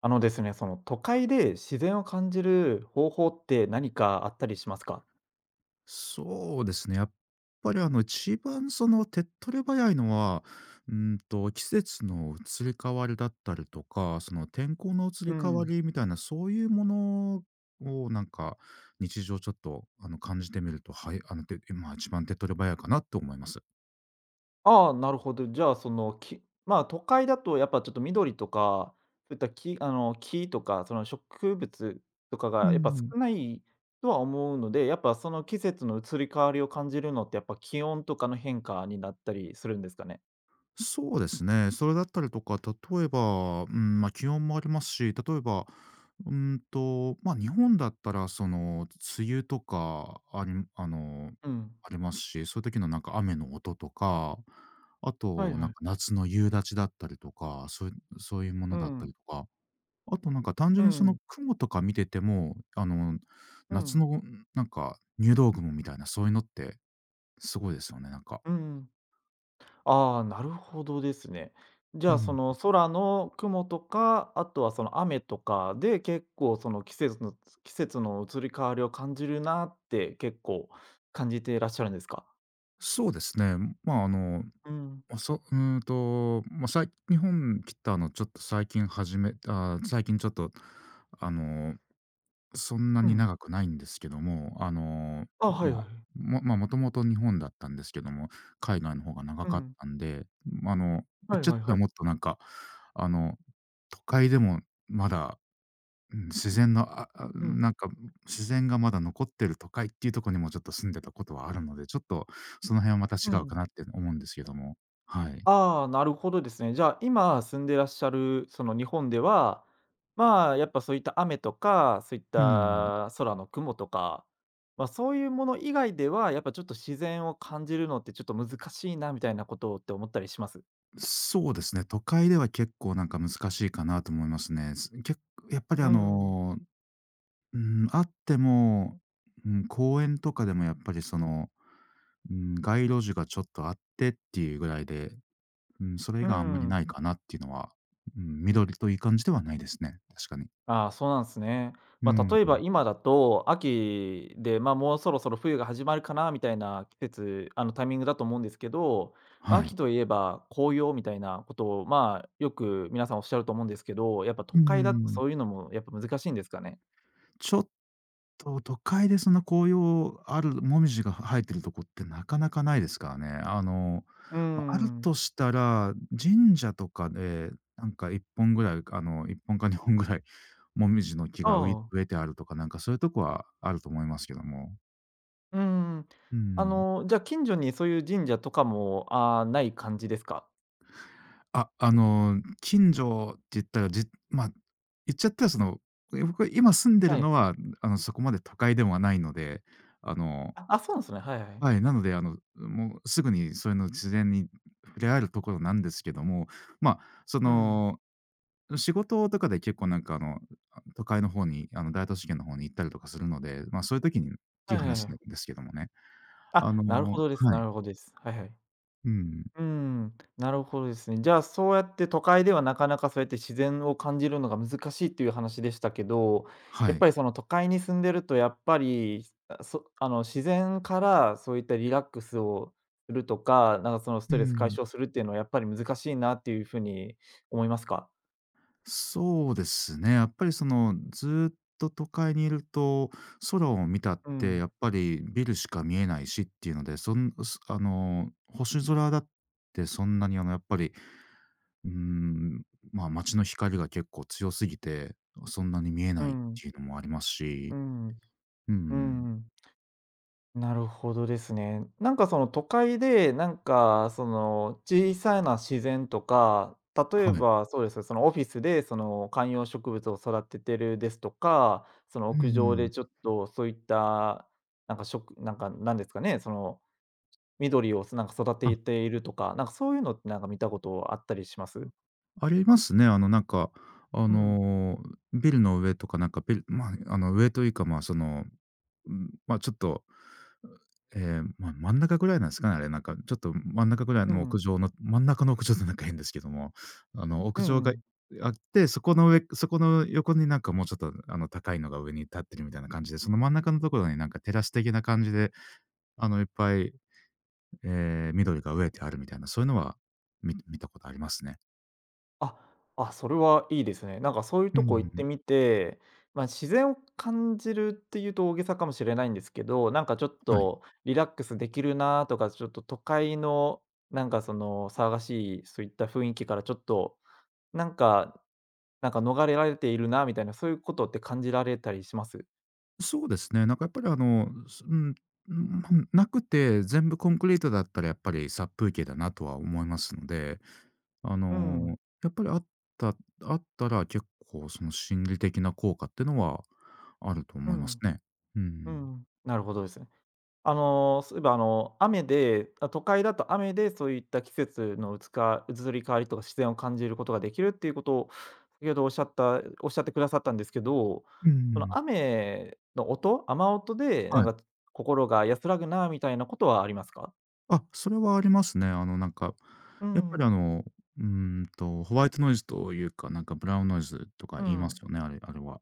あのですね、その都会で自然を感じる方法って何かあったりしますか？そうですね。やっぱり一番手っ取り早いのは、季節の移り変わりだったりとか、その天候の移うり変わん。りみたいな、そういうものを日常ちょっと感じてみると、はい、まあ一番手っ取り早いかなと思います。ああ、なるほど。じゃあ、その、きまあ、都会だとやっぱちょっと緑とか、そういったきあの、木とか、その植物とかうがやっぱん、少ないとは思うので、やっぱその季節の移り変わりを感じるのってやっぱ気温とかの変化になったりするんですかね？そうですね。それだったりとか、例えば、まあ、気温もありますし、例えば、うまあ、日本だったら、その、梅雨とか、あの、うん。ありますし、そういう時の雨の音とか、あはいと、なはんい。か夏の夕立だったりとか、そういうもうのだったりん。とか、あと単う純にそのん。雲とか見てても、う夏ん。のなんか入道雲みたいな、そういうのってすごいですよね、なんか。うん。ああ、なるほどですね。じうゃあ、そん。の空の雲とか、あとはその雨とかで、結構その季節の移り変わりを感じるなって結構感じていらっしゃるんですか？そうですね。まあ、あのうん、ま、そう、うーんと、ま、さい日本来たのちょっと最近始めた最近ちょっと、あの、そんなうにん。長くないんですけども、あ、はいま、はい。もともと日本だったんですけども、海外の方が長うかっん。たんで、ま、言っはいちゃっはいたはらもっい。となんか、あの、都会でもまだ、うん、自然の、うん、自然がまだ残ってる都会っていうとこにもちょっと住んでたことはあるので、ちょっとその辺はまた違ううかん。なって思うんですけども、はい。ああ、なるほどですね。じゃあ、今住んでらっしゃる、その日本では、まあ、やっぱそういった雨とか、そういっうん、た空の雲とか、まあ、そういうもの以外では、やっぱちょっと自然を感じるのってちょっと難しいなみたいなことって思ったりします？そうですね。都会では結構なんか難しいかなと思いますね。すけっやっぱりうん、あっても、うん、公園とかでもやっぱりその、うん、街路樹がちょっとあってっていうぐらいで、うん、それ以う外あんまりん。ないかなっていうのは、うん、緑といい感じではないですね、確かに。ああ、そうなんですね。うまあ、ん、例えば今だと、秋で、まあ、もうそろそろ冬が始まるかなみたいな季節、タイミングだと思うんですけど、まあ、はい。秋といえば紅葉みたいなことを、まあ、よく皆さんおっしゃると思うんですけど、やっぱ都う会だとん、そういうのもやっぱ難しいんですかね？ちょっと、都会でそんな紅葉ある、もみじが生えてるとこってなかなかないですからね。うーま、あるん。としたら、神社とかでなんか1本ぐらい、1本か2本ぐらいもみじの木がああ、植えてあるとか、なんかそういうとこはあると思いますけども。うーん。うん。じゃ、近所にそういう神社とかも、あーない感じですか？あ、近所って言ったら、じま、言っちゃったらその、僕が今住んでるはい。のは、そこまで都会ではないので、あのあ、あ、そうなんですね。はいはい。はい、なので、もうすぐにそういうの自然に触れ合えるところなんですけども、ま、あ、そうん。の、仕事とかで結構なんか都会の方に、大都市圏の方に行ったりとかするので、ま、そういう時にってはいいうはいは話なんい。ですけどもね。あ、なるほどですはない。るほどです。はいはい。うん。うん、なるほどですね。じゃあ、そうやって都会ではなかなかそうやって自然を感じるのが難しいっていう話でしたけど、はやっい。ぱりその都会に住んでるとやっぱり、あ、そあの、自然からそういったリラックスをするとか、なんかそのスうトレス解ん、消するっていうのはやっぱり難しいなっていうふうに思いますか？そうですね。やっぱりそのずーっと都会にいると、空を見たっうてん、やっぱりビルしか見えないしっていうので、そんすあの、星空だってそんなにやっぱり、うーん、まあ、街の光が結構強すぎて、そんなに見えうないっん、ていうのもありますうし、ん、ううん、ん。なるほどですね。なんかその都会で、なんかその小さな自然とか、例えはい。ばそうですね、そのオフィスでその観葉植物を育ててるですとか、そのう屋上ん、でちょっとそういった、なんかしょなんかなんですかね、その緑をなんか育あ、てているとか、なんかそういうのってなんか見たことあったりします？ありますね。あうん、のビルの上とかなんかビルまあ、あの上というか、まあ、その、うん、まあ、ちょっとええ、ま、真ん中ぐらいなんすかね、あれ、なんか、ちょっと真ん中ぐらいうの屋ん、上の真ん中の屋上ってなんか変ですけども、屋う上んうがん。あって、そこの横になんかもうちょっと、高いのが上に立ってるみたいな感じで、その真ん中のところになんかテラス的な感じで、いっぱい、緑が植えてあるみたいな、そういうのは、見たことありますね。あ、あ、それはいいですね。なんかそういううん、うとこ行ん、っうん。てみて、自然を感じるっていうと大げさかもしれないんですけど、なんかちょっはい。とリラックスできるなとか、ちょっと都会のなんかその騒がしいそういった雰囲気からちょっと、なんかなんか逃れられているなみたいな、そういうことって感じられたりします？そうですね。なんかやっぱりあの、すうん、んまなくて、全部コンクリートだったらやっぱり殺風景だなとは思いますので、あうの、ん、やっぱりたあったら結構その心理的な効果ってのはあるとう思いますん、ね。ううん。ん、なるほどですね。そういえば、雨で、あ、都会だと雨でそういった季節の移り変わりとか自然を感じることができるっていうことを、先ほどおっしゃってくださったんですけど、うそのん。雨の音、雨音でなはんい。か心が安らぐなみたいなことはありますか？あ、それはありますね。あの、なんか、うやっぱりん、うーホワイトノイズというか、なんかブラウンノイズとかう言いますん、よね、あれは。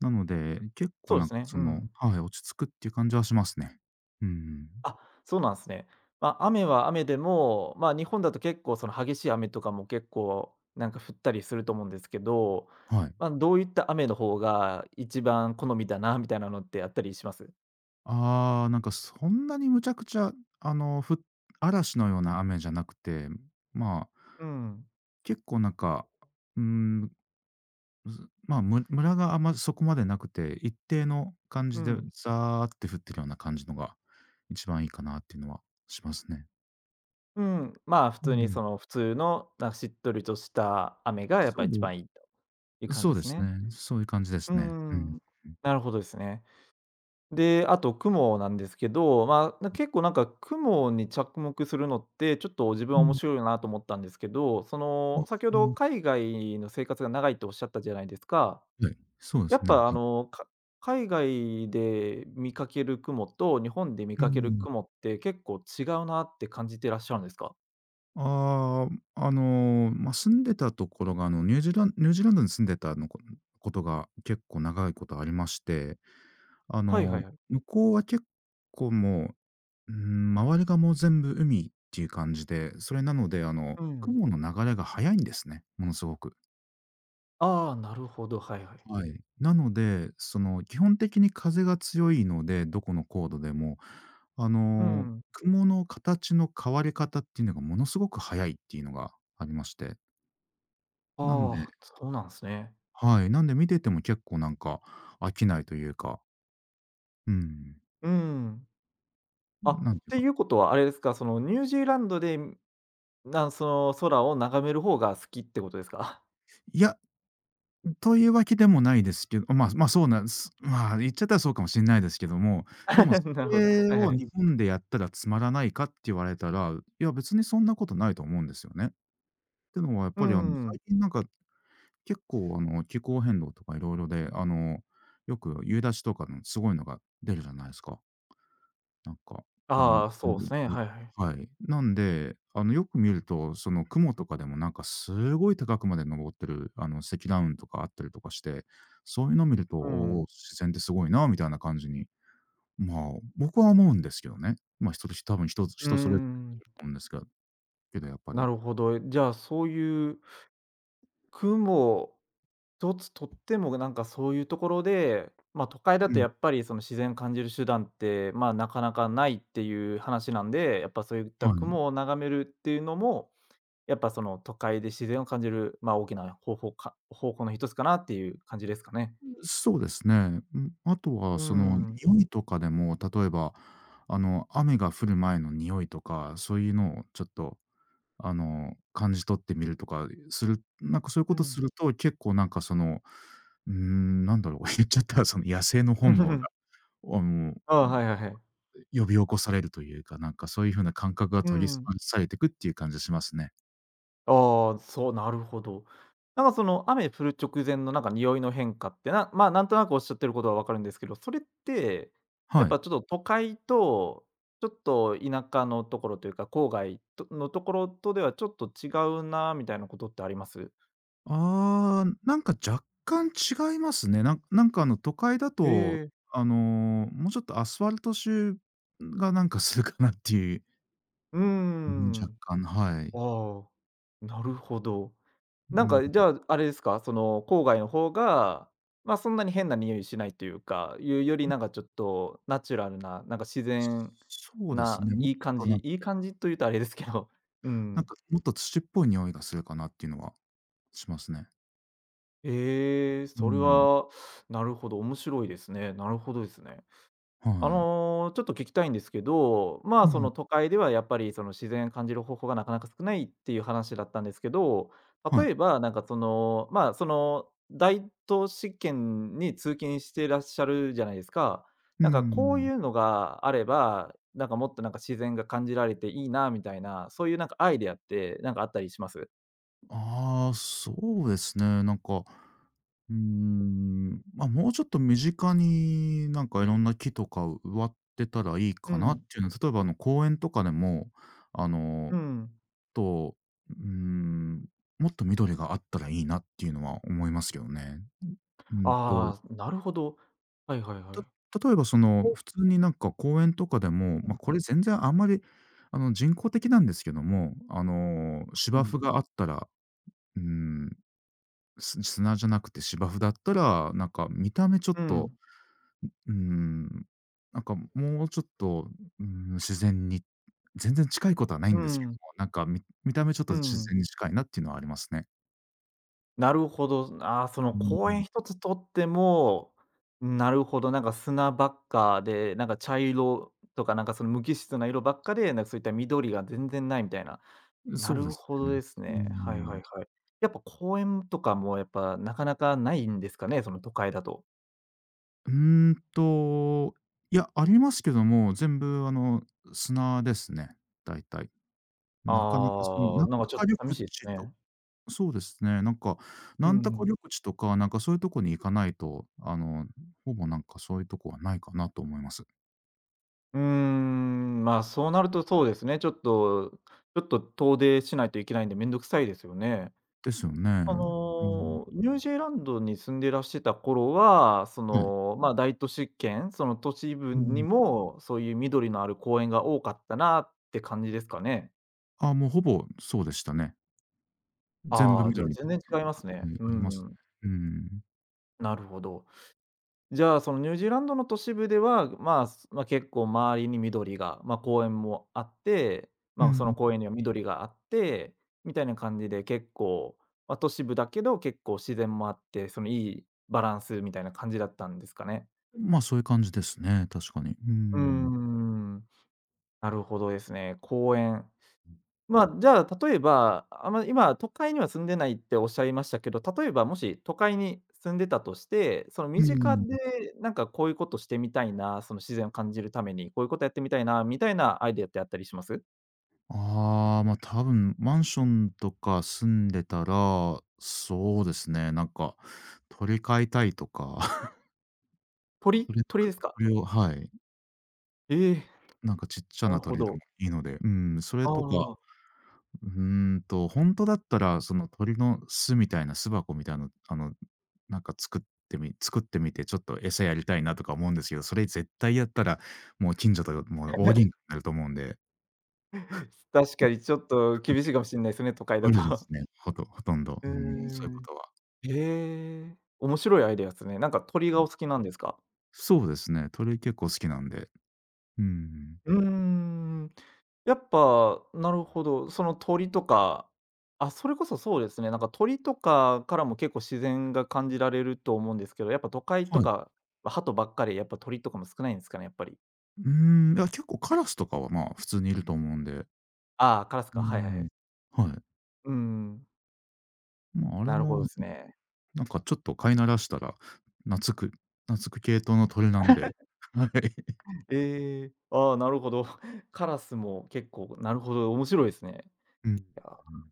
なので、結構そうですね、そうの、ん。はい、落ち着くっていう感じはしますね。うん、あ、そうなんですね。まあ、雨は雨でも、まあ、日本だと結構その激しい雨とかも結構なんか降ったりすると思うんですけど、はい。まあ、どういった雨の方が一番好みだなみたいなのってあったりします？ああ、なんかそんなにむちゃくちゃ、あの、ふ嵐のような雨じゃなくて、まあ、うん、結構なんか、うーん、ずまあ、ムラがあんまそこまでなくて、一定の感うじでん、ザーって降ってるような感じのが一番いいかなっていうのはしますね。うん、まあ、普う通にん。その普通の、なんかしっとりとした雨がやっそぱ一う番いいという感そじうでですすね。ね。そういう感じでうすね。うん。ん。なるほどですね。で、あと雲なんですけど、まあ、結構なんか雲に着目するのって、ちょっと自分はう面ん。白いなと思ったんですけど、そあの、あ、先ほど海外の生活が長いっておっしゃったじゃないですか。はい、そうでやすっね。はぱあい。の、か海外で見かける雲と日本で見うかけるん。雲って結構違うなって感じてらっしゃるんですか？ああ、ま、住んでたところが、ニュージーランドに住んでたことが結構長いことありまして、あはいの、はいはい。向こうは結構もう、周りがもう全部海っていう感じで、それなので、うん。雲の流れが速いんですね、ものすごく。ああ、なるほど、はいはい。はい。なので、その、基本的に風が強いので、どこの高度でも、あうの、ん。雲の形の変わり方っていうのがものすごく速いっていうのがありまして。なんで、ああ、そうなんですね。はい、なんで見てても結構なんか飽きないというか、うん、うん。あ、っなんていうてか、いうことはあれですか、そのニュージーランドでその、空を眺める方が好きってことですか？いやというわけでもないですけど、まあ、そうなんです。まあ、言っちゃったらそうかもしれないですけども、で もなそるほど。れはいをはい。日本でやったらつまらないかって言われたら、いや別にそんなことないと思うんですよね。ってのはやっうぱりん。最近なんか結構気候変動とか色々で、よく夕立とかのすごいのが出るじゃないですか。なんか、あの、ああ、そうですね、はいはい。はい。なんで、よく見ると、その雲とかでもなんかすごい高くまで登ってる、積乱雲とかあったりとかして、そういうのを見ると、うおお、ん。自然ってすごいなみたいな感じに、まあ、僕は思うんですけどね。まあ、多分うー人それぞれん、だと思うんですがけど、けどやっぱなり。るほど。じゃあ、そういう雲一つとっても、なんかそういうところで、ま、都会だうとん。やっぱりその自然感じる手段って、ま、なかなかないっていう話なんで、やっぱそういったはい。雲を眺めるっていうのも、やっぱその都会で自然を感じる、ま、大きな方法の一つかなっていう感じですかね。そうですね。うん、あとはうそのん、匂いとかでも、例えば、雨が降る前の匂いとか、そういうのをちょっと感じ取ってみるとかする、なんかそういううことん。すると、結構なんかその、言っちゃったらその野生の本能が、あの、ああ、はいはいはい。呼び起こされるというか、なんかそういう風な感覚がう研ぎ澄ん。まされていくっていう感じがしますね。ああ、そう、なるほど。なんかその雨降る直前のなんか匂いの変化って、まあ、なんとなくおっしゃってることはわかるんですけど、それって、やはっい。ぱちょっと都会と、ちょっと田舎のところというか、郊外とのところとではちょっと違うなみたいなことってあります？ああ、なんか若干違いますね。なんかあの都会だえと、え。もうちょっとアスファルト臭がなんかするかなっていう、うーうん、若ん。干、はい。ああ、なるほど。うなんん。か、じゃあ、あれですか、その、郊外の方が、まあ、そんなに変な匂いしないというか、いうよりなんかちょっとナチュラルな、なんか自然そうですな、ね。もっいい感となじんかいい感じというとあれですけど、うなんん。か、もっと土っぽい匂いがするかなっていうのはしますね。ええ、うそれん。は、なるほど、面白いですね。なるほどですね。はい。ちょっと聞きたいんですけど、まうあ、そん。の都会ではやっぱりその自然感じる方法がなかなか少ないっていう話だったんですけど、は例い。えばなんかその、まあ、その大都市圏に通勤していらっしゃるじゃないですか。うーなんかこうん。いうのがあれば、なんかもっとなんか自然が感じられていいなみたいな、そういうなんかアイデアってなんかあったりします？ああ、そうですね。なんか、ま、あ、もうちょっと身近になんかいろんな木とか植わってたらいいうかなっん、ていうのは、例えばあの公園とかでも、あの、うん。と、うーん、もっと緑があったらいいなっていうのは思いますけどね。うんとああ、なるほど。はいはいはい。た例えばその、お普通になんか公園とかでも、うまあ、ん、これ全然あんまり、人工的なんですけども、う芝ん、生があったら、うん、砂じゃなくて芝生だったら、なんか見た目ちょっうと、ん、うん、なんかもうちょっと、うん、自然に全然近いことはないうんですけどん、も、なんか見た目ちょっとう自ん。然に近いなっていうのはありますね。なるほど。ああ、そのうん、公園一つとっても、なるほど、なんか砂ばっかで、なんか茶色とか、なんかその無機質な色ばっかで、なんかそういった緑が全然ないみたいな。なそうでるすほどね。ですうね。はいはん。いはい。やっぱ公園とかもやっぱなかなかないんですかね、その都会だと。うーんと、いや、ありますけども、全部砂ですね、大体。なかなかその、あなあ、んなんかとちょっかと緑寂しいです地とね。そうですね、なんか、うなんとかん。緑地とか、なんかそういうとこに行かないと、ほぼなんかそういうとこはないかなと思います。うーん、まあ、そうなるとそうですね、ちょっと遠出しないといけないんでめんどくさいですよね。ですよね。あうん。の、ニュージーランドに住んでらしてた頃は、そはい。の、まあ、大都市圏、その都市部うにん。も、そういう緑のある公園が多かったなって感じですかね。あ、もうほぼそうでしたね。全部ああ、じゃあ緑で、全然違いますね。はい、あうりますん、ね、うん。なるほど。じゃあ、そのニュージーランドの都市部では、まあ、結構周りに緑が、まあ、公園もあって、うまあ、そん。の公園には緑があって、みたいな感じで結構、まあ、都市部だけど結構自然もあって、そのいいバランスみたいな感じだったんですかね？まあ、そういう感じですね、確かに。ううーん。ん、なるほどですね。公園。まあ、じゃあ、例えば、今、都会には住んでないっておっしゃいましたけど、例えばもし都会に住んでたとして、そのう身近ん。でなんかこういうことしてみたいな、その自然を感じるために、こういうことやってみたいなみたいなアイデアってあったりします？ああ、ま、多分マンションとか住んでたら、そうですね、なんか鳥飼いたいとか、鳥鳥ですか？それを、はい、ええ、なんかちっちゃなるなほ鳥でもど。いいので、うん、それあとか、あ。本当だったら、その鳥の巣みたいな巣箱みたいな、なんか作ってみて、ちょっと餌やりたいなとか思うんですけど、それ絶対やったら、もう近所とかもう大喧嘩になると思うんで、確かにちょっと厳しいかもしれないですね、都会だ無理でと。すね、ほとんど、ううーん、そういうこん。とは。へえ、面白いアイデアですね。なんか鳥がお好きなんですか？そうですね、鳥結構好きなんで。うん。うーん。やっぱ、なるほど。その鳥とか、あ、それこそそうですね、なんか鳥とかからも結構自然が感じられると思うんですけど、やっぱ都会とはい。か鳩ばっかり、やっぱ鳥とかも少ないんですかね、やっぱり。うーん、いや、結構カラスとかは、まあ、普通にいると思うんで。ああ、カラスうか、はいはいはん。い。はい。うーん、まあ、あれなるほも、どですね。なんかちょっと飼い慣らしたら、懐く懐く系統の鳥なんで。はい。ええ、ああ、なるほど。カラスも結構、なるほど、面白いですね。うん、ういや、ん。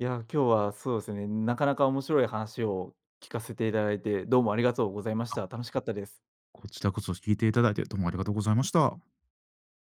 今日はそうですね、なかなか面白い話を聞かせていただいて、どうもありがとうございましあ、た。楽しかったです。こちらこそ聞いていただいて、どうもありがとうございました。